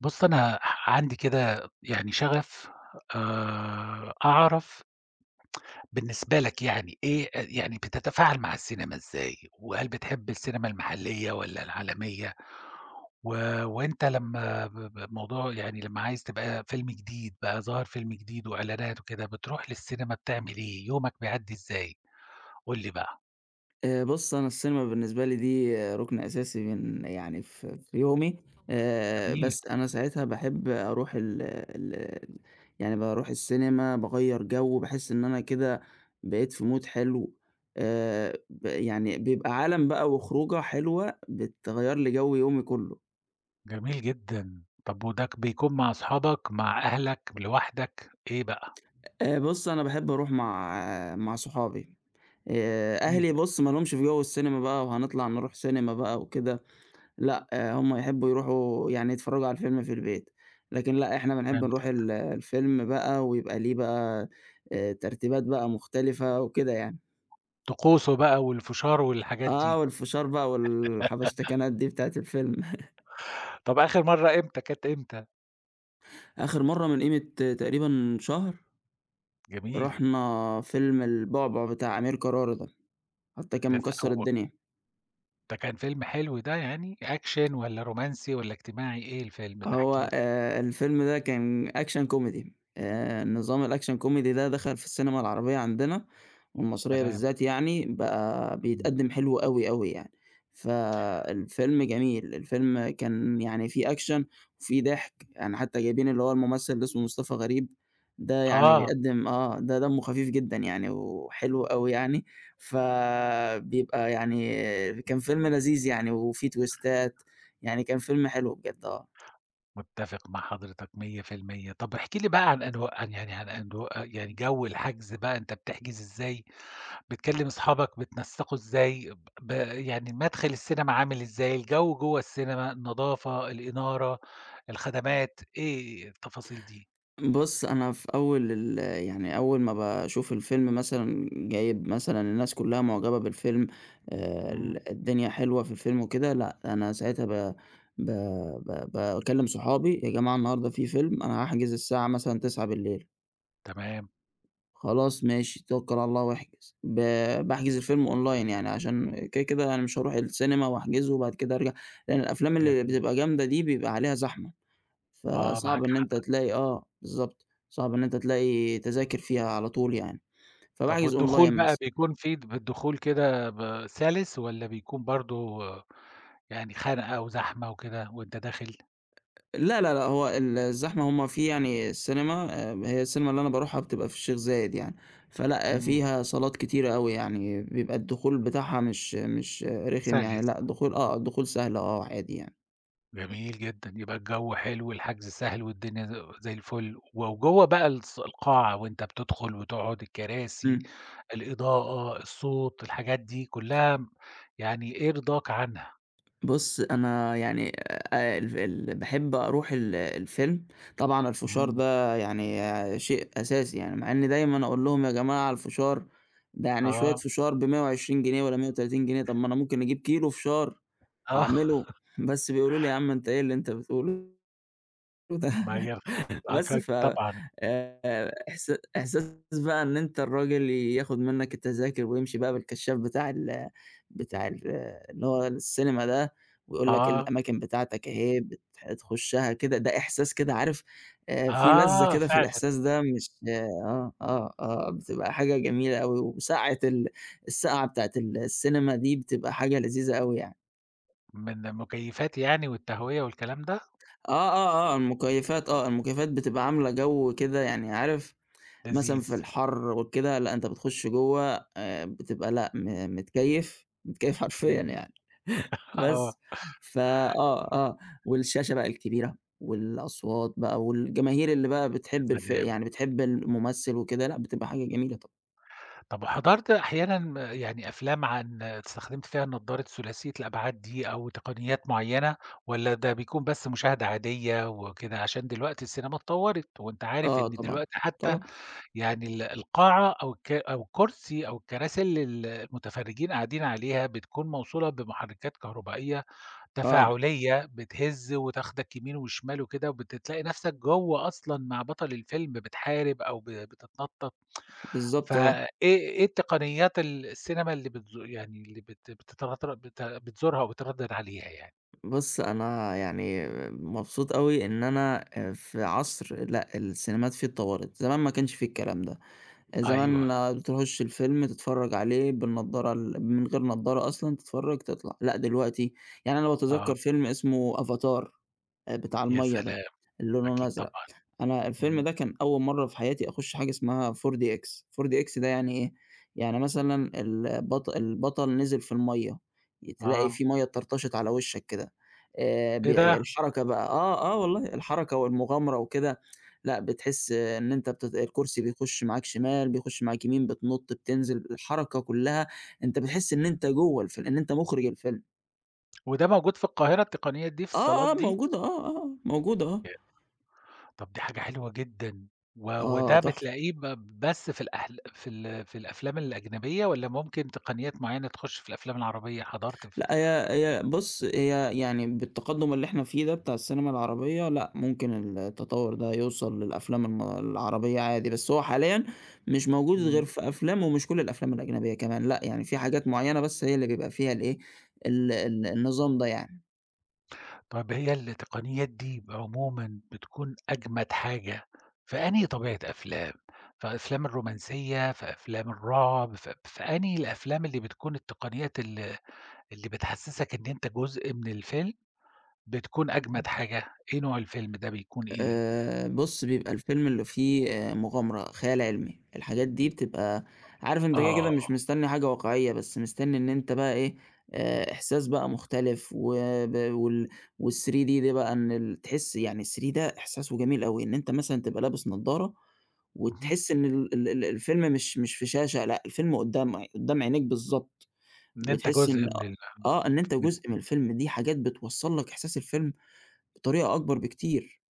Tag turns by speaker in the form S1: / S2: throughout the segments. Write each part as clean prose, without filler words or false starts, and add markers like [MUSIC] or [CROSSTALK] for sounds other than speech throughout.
S1: بُص، أنا عندي كده شغف أعرف بالنسبة لك يعني إيه يعني بتتفاعل مع السينما إزاي؟ وهل بتحب السينما المحلية والّا العالمية؟ و وأنت لمّا ب ب موضوع يعني لمّا عايز تبقى فيلم جديد بقى ظاهر فيلم جديد وإعلانات وكده، بتروح للسينما بتعمل إيه؟ يومك بيعدّي إزاي؟ قُل لي بقى.
S2: بُص، أنا السينما بالنسبة لي دي آه، رُكن أساسي من يعني في يومي.
S1: جميل،
S2: بس أنا ساعتها باحب أروح ال ال يعني باروح السينما، باغيّر جو، باحس إن أنا كده بقيت في mood حلو. ب يعني بيبقى عالم بقى وخروجة حلوة بتغيّر لي جو يومي كُلّه.
S1: جميل جدًا. طب وده بيكون مع أصحابك، مع أهلك، لوحدك، إيه بقى؟
S2: بُص، أنا باحب أروح مع آه، مع صحابي.
S1: جميل.
S2: أهلي بُص ما لهمش في جو السينما بقى وهنطلع نروح سينما بقى وكده. لأ، آه، هُم يحبّوا يروحوا يعني يتفرّجوا على الفيلم في البيت، لكن لأ، إحنا بنحب نروح الفيلم بقى ويبقى ليه بقى ترتيبات بقى مختلفة وكده يعني.
S1: طقوسه بقى والفشار والحاجات
S2: آه،
S1: دي.
S2: والفشار بقى والحبشتكنات دي بتاعة الفيلم. [LAUGHS]
S1: طب آخر مرّة إمتى، كانت إمتى؟
S2: آخر مرّة من قيمة تقريبًا شهر،
S1: جميل.
S2: رُحنا فيلم البعبع بتاع أمير كرارة ده، حتّى كان
S1: بس
S2: مكسّر
S1: هو
S2: الدنيا.
S1: ده كان فيلم حلو ده يعني، أكشن والّا رومانسي والّا اجتماعي، إيه الفيلم ده؟ احكِ لي.
S2: هو الفيلم ده كان أكشن كوميدي. نظام الأكشن كوميدي ده دخل في السينما العربية عندنا والمصرية
S1: سلام.
S2: بالذات يعني، بقى
S1: إمم.
S2: بيتقدّم حلو أوي يعني. فالفيلم جميل، الفيلم كان يعني فيه أكشن وفيه ضحك، يعني حتى جايبين اللي هو الممثل اللي اسمه مصطفى غريب، ده يعني
S1: آه،
S2: بيقدّم آه، ده دمه خفيف جدًا يعني وحلو أوي يعني، فبيبقى يعني كان فيلم لذيذ يعني وفيه تويستات، يعني كان فيلم حلو بجد آه.
S1: متّفق مع حضرتك 100%. طب احكِ لي بقى عن أنواع عن يعني عن أنواع يعني جو الحجز بقى، أنت بتحجز إزاي، بتكلّم أصحابك بتنسّقوا إزاي، ب ب يعني مدخل السينما عامل إزاي، الجو جوّه السينما، النضافة، الإنارة، الخدمات، إيه التفاصيل دي؟
S2: بُص، أنا في أول يعني أول ما باشوف الفيلم مثلًا جايب مثلًا الناس كلّها معجبة بالفيلم.
S1: إمم،
S2: ال الدنيا حلوة في الفيلم وكده، لأ، أنا ساعتها ب ب ب باكلّم صحابي: "يا جماعة النهارده في فيلم، أنا هاحجز الساعة مثلًا 21:00."
S1: تمام،
S2: "خلاص ماشي، توكّل على الله واحجز." باحجز الفيلم online يعني عشان كده، كده أنا مش هاروح السينما واحجزه وبعد كده أرجع، لإن الأفلام اللي
S1: جميل،
S2: بتبقى جامدة دي بيبقى عليها زحمة.
S1: آه
S2: فصعب
S1: معاك
S2: إن أنت
S1: حق.
S2: تلاقي آه، بالضبط، صعب إن أنت تلاقي تذاكر فيها على طول يعني،
S1: طب
S2: فباحجز
S1: والدخول
S2: أونلاين
S1: بقى
S2: مثلًا.
S1: بيكون في الدخول كده سَلِس والّا بيكون برضه يعني خنقة وزحمة وكده وأنت داخل؟
S2: لا، لا، لأ، هو الزحمة هم في يعني السينما هي السينما اللي أنا باروحها بتبقى في الشيخ زايد يعني. فلأ آه،
S1: إمم،
S2: فيها صالات كتيرة أوي يعني، بيبقى الدخول بتاعها مش آه، رخم يعني،
S1: سَلِس،
S2: لأ الدخول آه، الدخول سهل آه، عادي يعني.
S1: جميل جدًا، يبقى الجو حلو والحجز سهل والدنيا زي الفل، وجوّه بقى القاعة وأنت بتدخل وتقعد، الكراسي،
S2: إمم.
S1: الإضاءة، الصوت، الحاجات دي كلّها يعني إيه رضاك عنها؟
S2: بُص، أنا يعني ال ال باحب أروح الفيلم. طبعًا الفشار
S1: إمم،
S2: ده يعني آه، شيء أساسي يعني، مع إني دايمًا أقول لهم يا جماعة على الفشار. ده يعني شوية
S1: آه،
S2: فشار ب120 جنيه والّا 130 جنيه. طب ما أنا ممكن أجيب كيلو فشار
S1: آه،
S2: وأعمله.
S1: [LAUGHS]
S2: [LAUGHS] بس بيقولوا لي: "يا عم أنت إيه اللي أنت بتقوله ده؟"
S1: ما هي
S2: [LAUGHS]
S1: آه
S2: بس ف
S1: طبعًا،
S2: إحس إحساس بقى إن أنت الراجل ياخد منّك التذاكر ويمشي بقى بالكشّاف بتاع ال بتاع ال اللي هو السينما ده ويقول لك
S1: آه.
S2: الأماكن بتاعتك أهي تخشّها كده، ده إحساس كده عارف. في لذّة
S1: آه،
S2: كده في
S1: فعلًا،
S2: الإحساس ده مش آه، بتبقى حاجة جميلة أوي وساعة السقعة بتاعة السينما دي بتبقى حاجة لذيذة أوي يعني.
S1: من المكيّفات يعني والتهوية والكلام ده؟
S2: آه، المكيّفات آه، المكيّفات بتبقى عاملة جَو كده يعني عارف. مثلًا
S1: لذيذ.
S2: في الحَر وكده، لأ أنت بتخش جوّه بتبقى لأ متكيّف، متكيّف [LAUGHS] حرفيًا
S1: اهم.
S2: يعني
S1: آه،
S2: بس. فآه، آه، اه والشاشة بقى الكبيرة والأصوات بقى والجماهير اللي بقى
S1: يا
S2: بتحب
S1: سلام.
S2: يعني بتحب الممثل وكده، لأ بتبقى حاجة جميلة طبعًا.
S1: طب وحضرت أحيانًا يعني أفلام عن استخدمت فيها نضارة ثلاثية الأبعاد دي أو تقنيات معيّنة والّا ده بيكون بس مشاهدة عادية وكده؟ عشان دلوقتي السينما اتطوّرت وأنت عارف
S2: آه
S1: إن
S2: طبعًا،
S1: دلوقتي حتى
S2: طبعًا،
S1: يعني القاعة أو الكرسي أو الكراسي اللي المتفرّجين قاعدين عليها بتكون موصولة بمحرّكات كهربائية
S2: آه،
S1: تفاعلية، بتهِز وتاخدك يمين وشمال وكده، وبتتلاقي نفسك جوّه أصلًا مع بطل الفيلم بتحارب أو بتتنطط،
S2: بالضبط آه.
S1: فإيه التقنيات السينما اللي بتزو يعني اللي بت بتتر بت بتزورها وبتردد عليها يعني؟
S2: بُص أنا يعني مبسوط أوي إن أنا في عصر لأ السينمات فيه اتطوّرت، زمان ما كانش فيه الكلام ده. زمان
S1: أيوه،
S2: بتخش الفيلم تتفرّج عليه بالنضارة من غير نضارة أصلًا تتفرّج تطلع. لأ دلوقتي يعني أنا
S1: آه،
S2: باتذكّر فيلم اسمه أفاتار. بتاع
S1: يا
S2: المَيّة ده
S1: سلام!
S2: اللي لونه
S1: أكيد
S2: أزرق.
S1: طبعًا،
S2: أنا الفيلم
S1: إمم،
S2: ده كان أول مرّة في حياتي أخش حاجة اسمها 4DX. 4DX ده يعني إيه؟ يعني مثلًا البطل نزل في المَيّة، تلاقي
S1: آه،
S2: في مَيّة اتطرطشت على وشّك كده. ب
S1: إيه ده!
S2: الحركة بقى آه، آه والله الحركة والمغامرة وكده. لأ بتحس إن أنت بتت الكرسي بيخش معاك شمال، بيخش معاك يمين، بتنُط، بتنزل، الحركة كلّها أنت بتحس إن أنت جوّه الفيلم، إن أنت مُخرِج الفيلم.
S1: وده موجود في القاهرة التقنية دي في الصالات
S2: آه، آه،
S1: دي؟
S2: موجودة آه، آه، آه، موجودة آه.
S1: طب دي حاجة حلوة جدًا،
S2: آه
S1: وده
S2: تحفة.
S1: بتلاقيه بس في في الأفلام الأجنبية والّا ممكن تقنيات معيّنة تخش في الأفلام العربية حضرت ف
S2: لأ هي بُص، هي يعني بالتقدُّم اللي إحنا فيه ده بتاع السينما العربية، لأ ممكن التطوُّر ده يوصل للأفلام العربية عادي، بس هو حاليًا مش موجود
S1: إمم،
S2: غير في أفلام ومش كل الأفلام الأجنبية كمان، لأ، يعني في حاجات معيّنة بس هي اللي بيبقى فيها الإيه، ال النظام ده يعني.
S1: طب هي التقنيات دي عمومًا بتكون أجمد حاجة في أنهي طبيعة أفلام؟ في أفلام الرومانسية، في أفلام الرعب، في أنهي الأفلام اللي بتكون التقنيات اللي بتحسسك إن أنت جزء من الفيلم بتكون أجمد حاجة؟ إيه نوع الفيلم ده بيكون إيه؟
S2: بُص، بيبقى الفيلم اللي فيه مغامرة، خيال علمي، الحاجات دي بتبقى عارف أنت كده، كده
S1: آه،
S2: مش مستني حاجة واقعية، بس مستني إن أنت بقى إيه. إحساس بقى مختلف وب وال وال3D دي بقى إن تحس يعني ال3 ده إحساسه جميل أوي. إن أنت مثلًا تبقى لابس نضارة
S1: اهم.
S2: وتحس إن ال ال ال الفيلم مش في شاشة، لأ، الفيلم قدّام عينيك بالضبط.
S1: إن أنت
S2: وتحس إن
S1: جزء من
S2: إن أنت
S1: من-
S2: جزء من الفيلم، دي حاجات بتوصّل لك إحساس الفيلم بطريقة أكبر بكتير.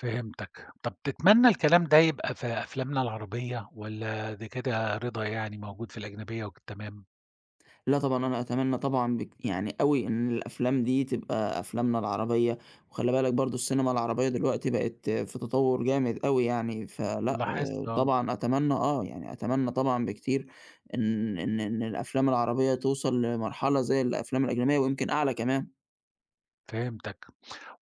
S1: فهمتك. طب تتمنى الكلام ده يبقى في أفلامنا العربية والّا دي كده رضا يعني موجود في الأجنبية وتمام؟
S2: لأ طبعًا، أنا أتمنى طبعًا يعني أوي إن الأفلام دي تبقى أفلامنا العربية. وخلّي بالك برضه السينما العربية دلوقتي بقت في تطوُّر جامد أوي يعني. فلأ
S1: لاحظت
S2: آه،
S1: آه،
S2: طبعًا أتمنى آه، يعني أتمنى طبعًا بكتير إن إن الأفلام العربية توصل لمرحلة زي الأفلام الأجنبية ويمكن أعلى كمان.
S1: فهمتك.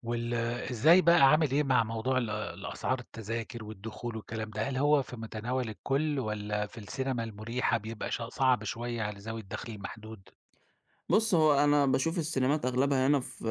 S1: وال إزاي بقى عامل إيه مع موضوع الأسعار التذاكر والدخول والكلام ده؟ هل هو في متناول الكل والّا في السينما المريحة بيبقى صعب شوية على ذوي الدخل المحدود؟
S2: بُص، هو أنا باشوف السينمات أغلبها هنا في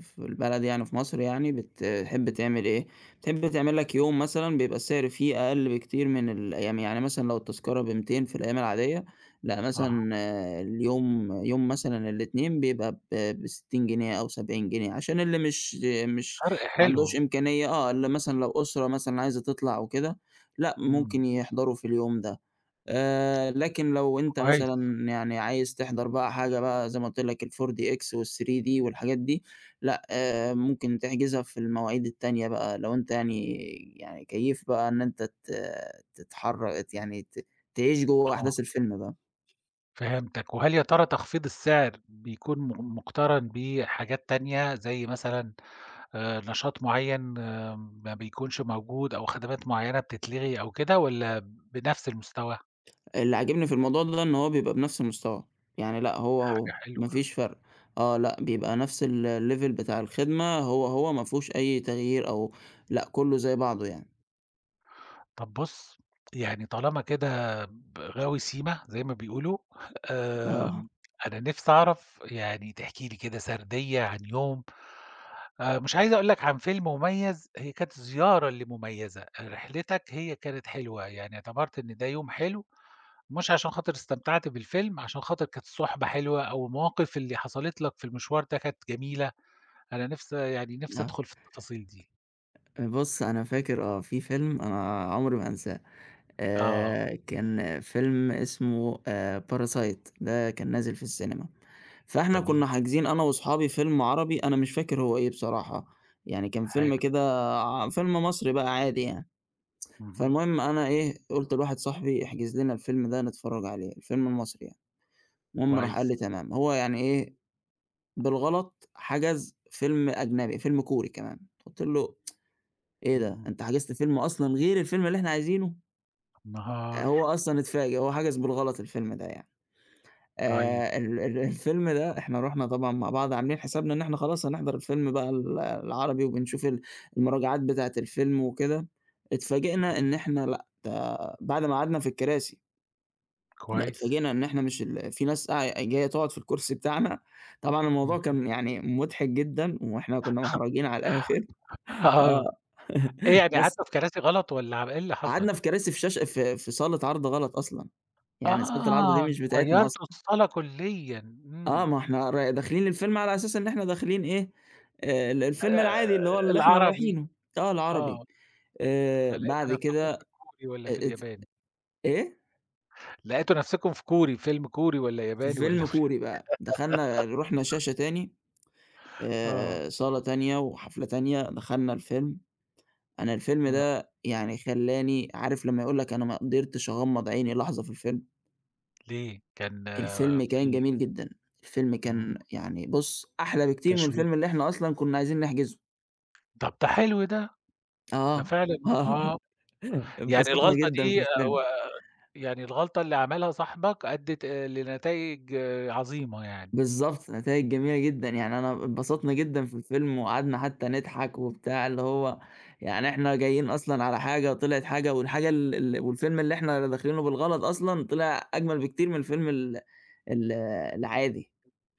S2: في البلد يعني في مصر يعني بتحب
S1: إمم،
S2: تعمل إيه. بتحب تعمل لك يوم مثلًا بيبقى السعر فيه أقل بكتير من الأيام. يعني مثلًا لو التذكرة ب200 في الأيام العادية، لأ
S1: أها،
S2: مثلًا آه، اليوم يوم مثلًا الإتنين بيبقى ب ب60 جنيه أو 70 جنيه، عشان اللي مش مش
S1: فرق
S2: ما عندوش
S1: حلو،
S2: إمكانية آه، اللي مثلًا لو أسرة مثلًا عايزة تطلع أو كده، لأ
S1: إمم،
S2: ممكن يحضروا في اليوم ده. لكن لو أنت
S1: كويس،
S2: مثلًا يعني عايز تحضر بقى حاجة بقى زي ما قُلت لك ال4DX وال3D والحاجات دي، لأ ممكن تحجزها في المواعيد التانية بقى. لو أنت يعني يعني كيّيف بقى إن أنت ت تتحر ت يعني تعيش جوّه أحداث
S1: آه.
S2: الفيلم بقى.
S1: فهمتك، وهل يا ترى تخفيض السعر بيكون مُقترن بحاجات تانية، زي مثلًا نشاط معيّن آه، ما بيكونش موجود أو خدمات معيّنة بتتلغي أو كده والّا بنفس المستوى؟
S2: اللي عاجبني في الموضوع ده إن هو بيبقى بنفس المستوى، يعني لأ هو،
S1: دي
S2: هو
S1: حاجة
S2: ما
S1: حلوة.
S2: فيش فرق. آه، لأ بيبقى نفس الlevel بتاع الخدمة هو ما فيهوش أي تغيير أو لأ كُلّه زي بعضه يعني.
S1: طب بُص، يعني طالما كده غاوي سيما زي ما بيقولوا،
S2: آه،
S1: آمم، أنا نِفْسي أعرف يعني تحكي لي كده سرديّة عن يوم مش عايز أقول لك عن فيلم مميز، هي كانت الزيارة اللي مميزة، رحلتك هي كانت حلوة، يعني اعتبرت إن ده يوم حلو، مش عشان خاطر استمتعت بالفيلم، عشان خاطر كانت الصُحبة حلوة أو المواقف اللي حصلت لك في المشوار ده كانت جميلة، أنا نِفْسي يعني نِفْسي
S2: آه.
S1: أدخل في التفاصيل دي.
S2: بُص، أنا فاكر آه، في فيلم أنا عمري ما هانساه.
S1: آه،
S2: كان فيلم اسمه Parasite ده كان نازل في السينما. فإحنا
S1: تمام،
S2: كنا حاجزين أنا وأصحابي فيلم عربي أنا مش فاكر هو إيه بصراحة. يعني كان فيلم
S1: حلو،
S2: كده فيلم مصري بقى عادي يعني.
S1: اهم،
S2: فالمهم أنا إيه، قُلت لواحد صاحبي احجز لنا الفيلم ده نتفرّج عليه، الفيلم المصري يعني. المهم راح قال
S1: كويس،
S2: لي تمام، هو يعني إيه، بالغلط حجز فيلم أجنبي، فيلم كوري كمان. قُلت له إيه ده!
S1: اهم.
S2: أنت حجزت فيلم أصلًا غير الفيلم اللي إحنا عايزينه؟!
S1: النهار،
S2: هو أصلًا اتفاجئ، هو حجز بالغلط الفيلم ده يعني.
S1: طيب،
S2: ال ال الفيلم ده إحنا رُحنا طبعًا مع بعض عاملين حسابنا إن إحنا خلاص هنحضر الفيلم بقى العربي وبنشوف المراجعات بتاعة الفيلم وكده. اتفاجئنا
S1: اهم،
S2: إن إحنا لأ، ده بعد ما قعدنا في الكراسي. لأ
S1: كويس،
S2: اتفاجئنا إن إحنا مش ال في ناس قاع جاية تقعد في الكرسي بتاعنا. طبعًا الموضوع
S1: اهم،
S2: كان يعني مضحك جدًا وإحنا كنا محرجين على الآخر،
S1: آه،
S2: آه،
S1: إيه
S2: [LAUGHS]
S1: يعني
S2: بس
S1: قعدتوا في كراسي غلط والّا إيه اللي حصل؟
S2: قعدنا في كراسي في شاشة في صالة عرض غلط أصلًا. يعني صالة العرض دي
S1: آه،
S2: مش
S1: أنتم
S2: بتاعتنا
S1: غيّرتوا
S2: أصلًا.
S1: الصالة كليًا،
S2: آه
S1: إمم،
S2: ما إحنا ر داخلين الفيلم على أساس إن إحنا داخلين إيه، ال الفيلم
S1: آآ،
S2: العادي اللي هو اللي إحنا
S1: العربي
S2: رايحينه، آه العربي.
S1: آه، فلقيتوا
S2: بعد
S1: نفسكم
S2: كده أ
S1: في الكوري والّا في
S2: ات
S1: الياباني؟
S2: إيه؟
S1: لقيتوا نفسكم في كوري، فيلم كوري والّا ياباني والّا
S2: فيلم
S1: مش
S2: كوري بقى. دخلنا
S1: [LAUGHS]
S2: رُحنا شاشة تاني،
S1: آه،
S2: صالة تانية وحفلة تانية، دخلنا الفيلم. أنا الفيلم
S1: آه،
S2: ده يعني خلّاني عارف لمّا يقول لك أنا ما قدرتش أغمّض عيني لحظة في الفيلم؟
S1: ليه؟ كان آه،
S2: الفيلم كان
S1: في
S2: جميل جدًا. الفيلم
S1: إمم،
S2: كان يعني بُص، أحلى بكتير من
S1: تشويق،
S2: الفيلم اللي إحنا أصلًا كنا عايزين نحجزه.
S1: طب ده حلو ده، ده
S2: آه،
S1: فعلًا
S2: آه،
S1: آه، يعني
S2: اتبسطنا
S1: الغلطة
S2: جدًا في
S1: دي آه،
S2: الفيلم.
S1: يعني الغلطة اللي عملها صاحبك أدِّت لنتايج عظيمة يعني،
S2: بالضبط، نتايج جميلة جدًا، يعني أنا اتبسطنا جدًا في الفيلم وقعدنا حتى نضحك وبتاع، اللي هو يعني إحنا جايين أصلًا على حاجة طلعت حاجة والحاجة ال ال والفيلم اللي إحنا داخلينه بالغلط أصلًا طلع أجمل بكتير من الفيلم ال العادي،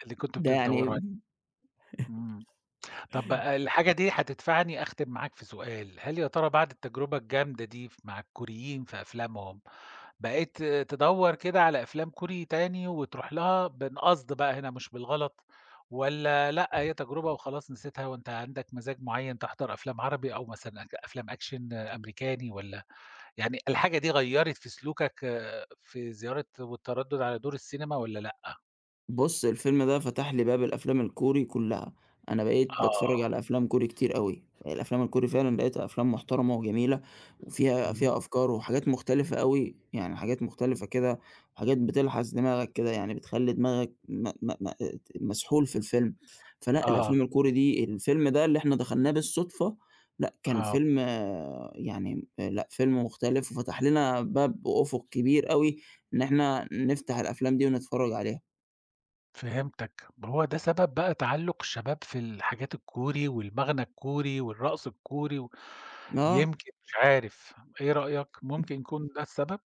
S1: اللي كنتم
S2: ده
S1: بتدّوروا
S2: يعني
S1: عليها. إمم. طَب آه، الحاجة دي هتدفعني أختم معاك في سؤال، هل يا ترى بعد التجربة الجامدة دي مع الكوريين في أفلامهم، بقيت آه، تدوّر كده على أفلام كوري تاني وتروح لها بالقصد بقى هنا مش بالغلط، والّا لأ هي تجربة وخلاص نسيتها وأنت عندك مزاج معيّن تحضر أفلام عربي أو مثلًا أفلام أكشن آه، أمريكاني والّا؟ يعني الحاجة دي غيّرت في سلوكك في زيارة والتردد على دور السينما والّا لأ؟
S2: بُص، الفيلم ده فتح لي باب الأفلام الكوري كلّها. أنا بقيت باتفرّج
S1: آه،
S2: على أفلام كوري كتير أوي. الأفلام الكوري فعلًا لقيتها أفلام محترمة وجميلة وفيها
S1: اهم،
S2: فيها أفكار وحاجات مختلفة أوي، يعني حاجات مختلفة كده. وحاجات بتلحس دماغك كده، يعني بتخلّي دماغك م م م ت مسحول في الفيلم. فلأ
S1: آه،
S2: الأفلام الكوري دي الفيلم ده اللي إحنا دخلناه بالصدفة، لأ كان
S1: آه،
S2: فيلم آه، يعني آه، لأ فيلم مختلف وفتح لنا باب وأفق كبير أوي إن إحنا نفتح الأفلام دي ونتفرّج عليها.
S1: فهمتك، هو ده سبب بقى تعلُّق الشباب في الحاجات الكوري والمغنى الكوري والرقص الكوري
S2: آه.
S1: يمكن مش عارف، إيه رأيك؟ ممكن يكون ده السبب؟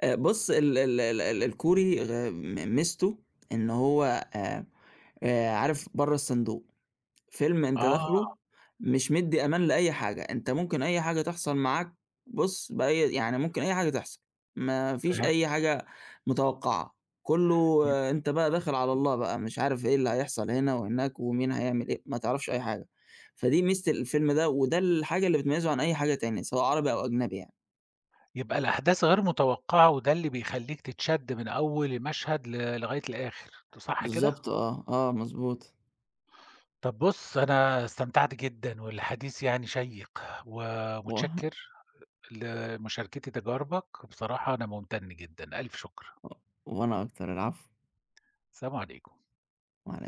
S2: بُص ال ال ال ال الكوري غ م ميزته إن هو آآ عارف برّه الصندوق. فيلم أنت
S1: آه،
S2: داخله مش مدّي أمان لأي حاجة. أنت ممكن أي حاجة تحصل معاك بُص بأي يعني ممكن أي حاجة تحصل، ما فيش أي
S1: فهمت،
S2: حاجة متوقعة، كلّه
S1: يب
S2: آه، أنت بقى داخل على الله بقى، مش عارف إيه اللي هيحصل هنا وهناك ومين هيعمل إيه، ما تعرفش أي حاجة. فدي ميزة الفيلم ده، وده الحاجة اللي بتميّزه عن أي حاجة تاني سواء عربي أو أجنبي يعني.
S1: يبقى الأحداث غير متوقعة وده اللي بيخلّيك تتشد من أول مشهد لغاية الآخر، صح كده؟
S2: بالضبط آه، آه مضبوط.
S1: طب بُص، أنا استمتعت جدًا والحديث يعني شيّق،
S2: و
S1: ومتشكّر لمشاركتي تجاربك، بصراحة أنا ممتن جدًا، ألف شكر،
S2: و- وأنا أكتر، العفو،
S1: سلام عليكم.
S2: على إيه؟